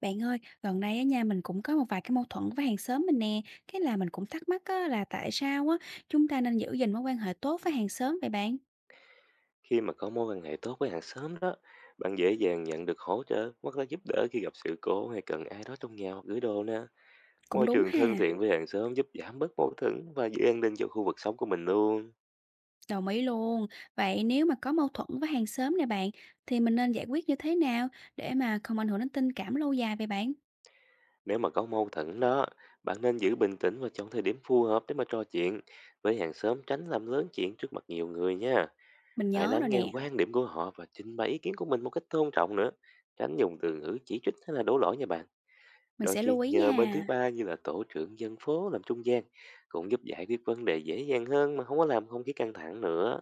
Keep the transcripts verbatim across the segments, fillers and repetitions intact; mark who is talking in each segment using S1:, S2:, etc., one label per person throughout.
S1: Bạn ơi, gần đây á nha, mình cũng có một vài cái mâu thuẫn với hàng xóm mình nè. Cái là mình cũng thắc mắc á, là tại sao á, chúng ta nên giữ gìn mối quan hệ tốt với hàng xóm vậy bạn?
S2: Khi mà có mối quan hệ tốt với hàng xóm đó, bạn dễ dàng nhận được hỗ trợ hoặc là giúp đỡ khi gặp sự cố hay cần ai đó trong nhà hoặc gửi đồ nè.
S1: Cũng
S2: Môi
S1: đúng
S2: trường
S1: ha,
S2: thân thiện với hàng xóm giúp giảm bớt mâu thuẫn và giữ an ninh cho khu vực sống của mình luôn.
S1: đồng ý luôn. Vậy nếu mà có mâu thuẫn với hàng xóm này bạn, thì mình nên giải quyết như thế nào để mà không ảnh hưởng đến tình cảm lâu dài vậy bạn?
S2: Nếu mà có mâu thuẫn đó, bạn nên giữ bình tĩnh và chọn thời điểm phù hợp để mà trò chuyện với hàng xóm, tránh làm lớn chuyện trước mặt nhiều người nha.
S1: Mình
S2: Hãy
S1: nhớ rồi
S2: lắng nghe
S1: nè,
S2: quan điểm của họ và trình bày ý kiến của mình một cách tôn trọng nữa. Tránh dùng từ ngữ chỉ trích hay là đổ lỗi nha bạn.
S1: mình
S2: Đôi
S1: sẽ
S2: khi
S1: lưu ý
S2: nhờ bên thứ
S1: nha.
S2: ba như là tổ trưởng dân phố làm trung gian cũng giúp giải quyết vấn đề dễ dàng hơn, mà không có làm không khí căng thẳng nữa.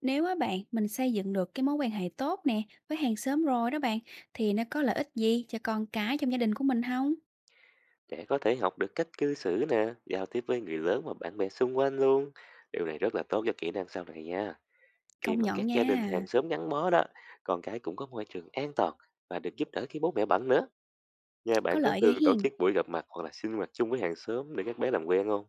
S1: Nếu á bạn, mình xây dựng được cái mối quan hệ tốt nè với hàng xóm rồi đó bạn, thì nó có lợi ích gì cho con cái trong gia đình của mình không?
S2: Trẻ có thể học được cách cư xử nè, giao tiếp với người lớn và bạn bè xung quanh luôn. Điều này rất là tốt cho kỹ năng sau này nha. Khi
S1: Công
S2: mà các
S1: nhận
S2: gia đình
S1: nha,
S2: hàng xóm gắn bó đó, con cái cũng có môi trường an toàn và được giúp đỡ khi bố mẹ bận nữa. Nhà
S1: có
S2: bạn có
S1: lợi ghê
S2: thường tổ
S1: hiền.
S2: chức buổi gặp mặt hoặc là sinh hoạt chung với hàng xóm để các bé làm quen không?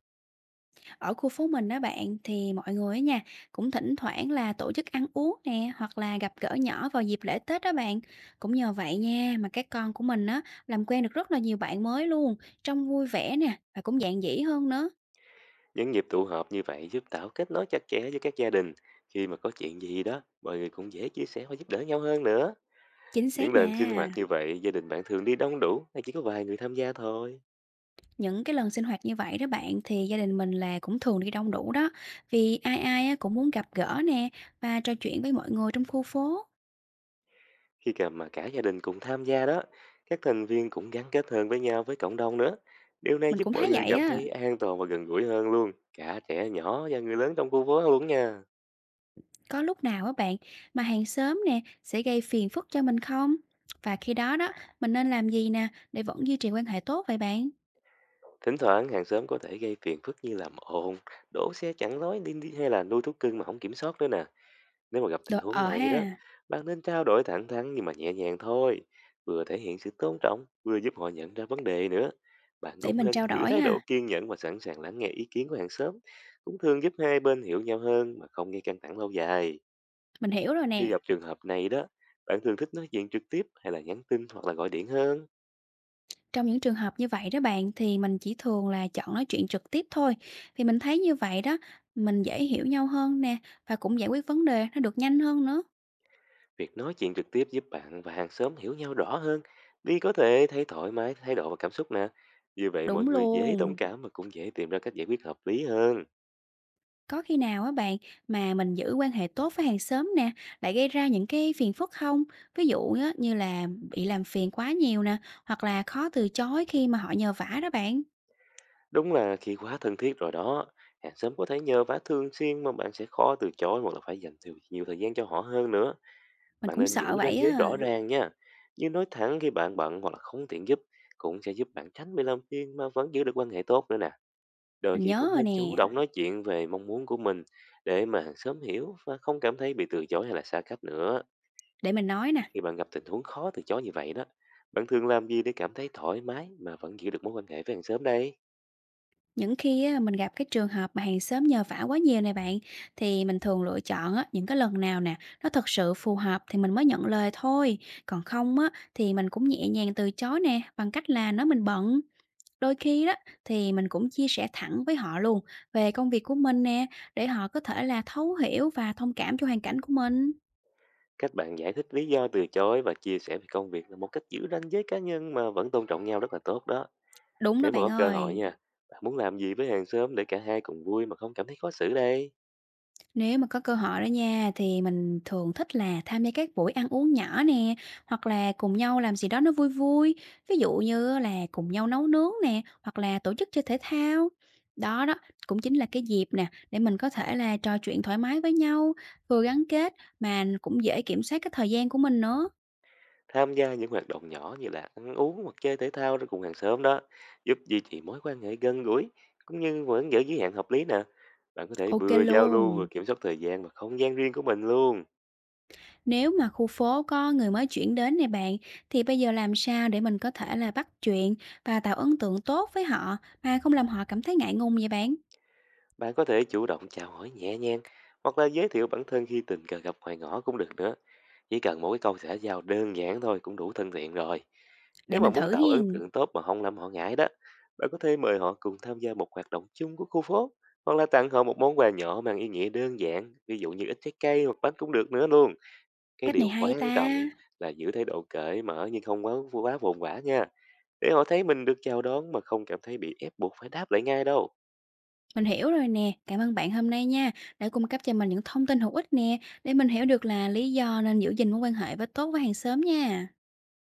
S1: Ở khu phố mình đó bạn, thì mọi người á nha, cũng thỉnh thoảng là tổ chức ăn uống nè, hoặc là gặp gỡ nhỏ vào dịp lễ Tết đó bạn. Cũng nhờ vậy nha, mà các con của mình á, làm quen được rất là nhiều bạn mới luôn, trông vui vẻ nè, và cũng dạn dĩ hơn nữa.
S2: Những dịp tụ họp như vậy giúp tạo kết nối chặt chẽ với các gia đình. Khi mà có chuyện gì đó, mọi người cũng dễ chia sẻ và giúp đỡ nhau hơn nữa.
S1: Chính
S2: Những
S1: xác
S2: lần sinh
S1: nha,
S2: hoạt như vậy, gia đình bạn thường đi đông đủ hay chỉ có vài người tham gia thôi?
S1: những cái lần sinh hoạt như vậy đó bạn, thì gia đình mình là cũng thường đi đông đủ đó. Vì ai ai á cũng muốn gặp gỡ nè, và trò chuyện với mọi người trong khu phố.
S2: Khi cả mà cả gia đình cùng tham gia đó, các thành viên cũng gắn kết hơn với nhau, với cộng đồng nữa. Điều này
S1: Mình
S2: giúp
S1: cũng
S2: mọi
S1: thấy
S2: người
S1: vậy
S2: cảm
S1: á.
S2: thấy an toàn và gần gũi hơn luôn, cả trẻ nhỏ và người lớn trong khu phố luôn nha.
S1: Có lúc nào á bạn mà hàng xóm nè sẽ gây phiền phức cho mình không? Và khi đó đó, mình nên làm gì nè để vẫn duy trì quan hệ tốt vậy bạn?
S2: Thỉnh thoảng hàng xóm có thể gây phiền phức như làm ồn, đổ xe chặn lối đi đi hay là nuôi thú cưng mà không kiểm soát nữa nè. Nếu mà gặp tình
S1: Được,
S2: huống
S1: ờ
S2: này đó,
S1: ha,
S2: bạn nên trao đổi thẳng thắn nhưng mà nhẹ nhàng thôi, vừa thể hiện sự tôn trọng, vừa giúp họ nhận ra vấn đề nữa. Bạn
S1: để
S2: cũng
S1: mình
S2: nên
S1: trao
S2: giữ
S1: đổi
S2: thái độ
S1: ha.
S2: kiên nhẫn và sẵn sàng lắng nghe ý kiến của hàng xóm, cũng thường giúp hai bên hiểu nhau hơn mà không gây căng thẳng lâu dài.
S1: Mình hiểu rồi
S2: Khi
S1: nè.
S2: gặp trường hợp này đó, bạn thường thích nói chuyện trực tiếp hay là nhắn tin hoặc là gọi điện hơn?
S1: Trong những trường hợp như vậy đó bạn thì mình chỉ thường là chọn nói chuyện trực tiếp thôi. Vì mình thấy như vậy đó, mình dễ hiểu nhau hơn nè và cũng giải quyết vấn đề nó được nhanh hơn nữa.
S2: Việc nói chuyện trực tiếp giúp bạn và hàng xóm hiểu nhau rõ hơn, đi có thể thấy thoải mái thái độ và cảm xúc nè. Như vậy mọi
S1: Đúng
S2: người dễ thông
S1: luôn.
S2: cảm và cũng dễ tìm ra cách giải quyết hợp lý hơn.
S1: Có khi nào á bạn mà mình giữ quan hệ tốt với hàng xóm nè, lại gây ra những cái phiền phức không? Ví dụ á, như là bị làm phiền quá nhiều nè, hoặc là khó từ chối khi mà họ nhờ vả đó bạn.
S2: Đúng là khi quá thân thiết rồi đó, hàng xóm có thể nhờ vả thường xuyên mà bạn sẽ khó từ chối hoặc là phải dành nhiều, nhiều thời gian cho họ hơn nữa.
S1: Mình
S2: Bạn
S1: cũng
S2: nên Ừ, giữ
S1: sợ
S2: ranh
S1: vậy
S2: giới rõ
S1: á,
S2: ràng nha. Như nói thẳng khi bạn bận hoặc là không tiện giúp cũng sẽ giúp bạn tránh bị làm phiền mà vẫn giữ được quan hệ tốt nữa nè. Đôi
S1: mình
S2: khi
S1: nhớ
S2: cũng
S1: rồi
S2: nên chủ
S1: nè.
S2: động nói chuyện về mong muốn của mình, để mà hàng xóm hiểu và không cảm thấy bị từ chối hay là xa cách nữa.
S1: Để mình nói nè,
S2: Khi bạn gặp tình huống khó từ chối như vậy đó, bạn thường làm gì để cảm thấy thoải mái mà vẫn giữ được mối quan hệ với hàng xóm đây?
S1: những khi á, mình gặp cái trường hợp mà hàng xóm nhờ vả quá nhiều này bạn, thì mình thường lựa chọn á, những cái lần nào nè, nó thật sự phù hợp thì mình mới nhận lời thôi. Còn không á, thì mình cũng nhẹ nhàng từ chối nè, bằng cách là nói mình bận. Đôi khi đó thì mình cũng chia sẻ thẳng với họ luôn về công việc của mình nè, để họ có thể là thấu hiểu và thông cảm cho hoàn cảnh của mình.
S2: Cách bạn giải thích lý do từ chối và chia sẻ về công việc là một cách giữ ranh giới cá nhân mà vẫn tôn trọng nhau rất là tốt đó.
S1: Đúng đó
S2: Nếu mà
S1: bạn
S2: có cơ hội
S1: ơi.
S2: nha, bạn muốn làm gì với hàng xóm để cả hai cùng vui mà không cảm thấy khó xử đây?
S1: Nếu mà có cơ hội đó nha thì mình thường thích là tham gia các buổi ăn uống nhỏ nè, hoặc là cùng nhau làm gì đó nó vui vui, ví dụ như là cùng nhau nấu nướng nè, hoặc là tổ chức chơi thể thao. Đó đó, cũng chính là cái dịp nè để mình có thể là trò chuyện thoải mái với nhau, vừa gắn kết mà cũng dễ kiểm soát cái thời gian của mình nữa.
S2: Tham gia những hoạt động nhỏ như là ăn uống hoặc chơi thể thao với cùng hàng xóm đó, giúp duy trì mối quan hệ gần gũi, cũng như vẫn giữ giới hạn hợp lý nè. Bạn có thể
S1: Ok
S2: vừa Ok. giao lưu vừa
S1: luôn.
S2: kiểm soát thời gian và không gian riêng của mình luôn.
S1: Nếu mà khu phố có người mới chuyển đến này bạn, thì bây giờ làm sao để mình có thể là bắt chuyện và tạo ấn tượng tốt với họ mà không làm họ cảm thấy ngại ngùng vậy bạn?
S2: Bạn có thể chủ động chào hỏi nhẹ nhàng, hoặc là giới thiệu bản thân khi tình cờ gặp ngoài ngõ cũng được nữa. Chỉ cần một cái câu xã giao đơn giản thôi cũng đủ thân thiện rồi.
S1: Để
S2: Nếu mà
S1: mình
S2: muốn
S1: thử
S2: tạo ấn
S1: hiền.
S2: tượng tốt mà không làm họ ngại đó, bạn có thể mời họ cùng tham gia một hoạt động chung của khu phố, hoặc là tặng họ một món quà nhỏ mang ý nghĩa đơn giản, ví dụ như ít trái cây hoặc bánh cũng được nữa luôn. Cái
S1: Cách này
S2: điều
S1: hay
S2: quan trọng
S1: ta.
S2: là giữ thái độ cởi mở nhưng không quá quá vồn vã nha, để họ thấy mình được chào đón mà không cảm thấy bị ép buộc phải đáp lại ngay đâu.
S1: Mình hiểu rồi nè. Cảm ơn bạn hôm nay nha. Đã cung cấp cho mình những thông tin hữu ích nè để mình hiểu được là lý do nên giữ gìn mối quan hệ với tốt với hàng xóm nha.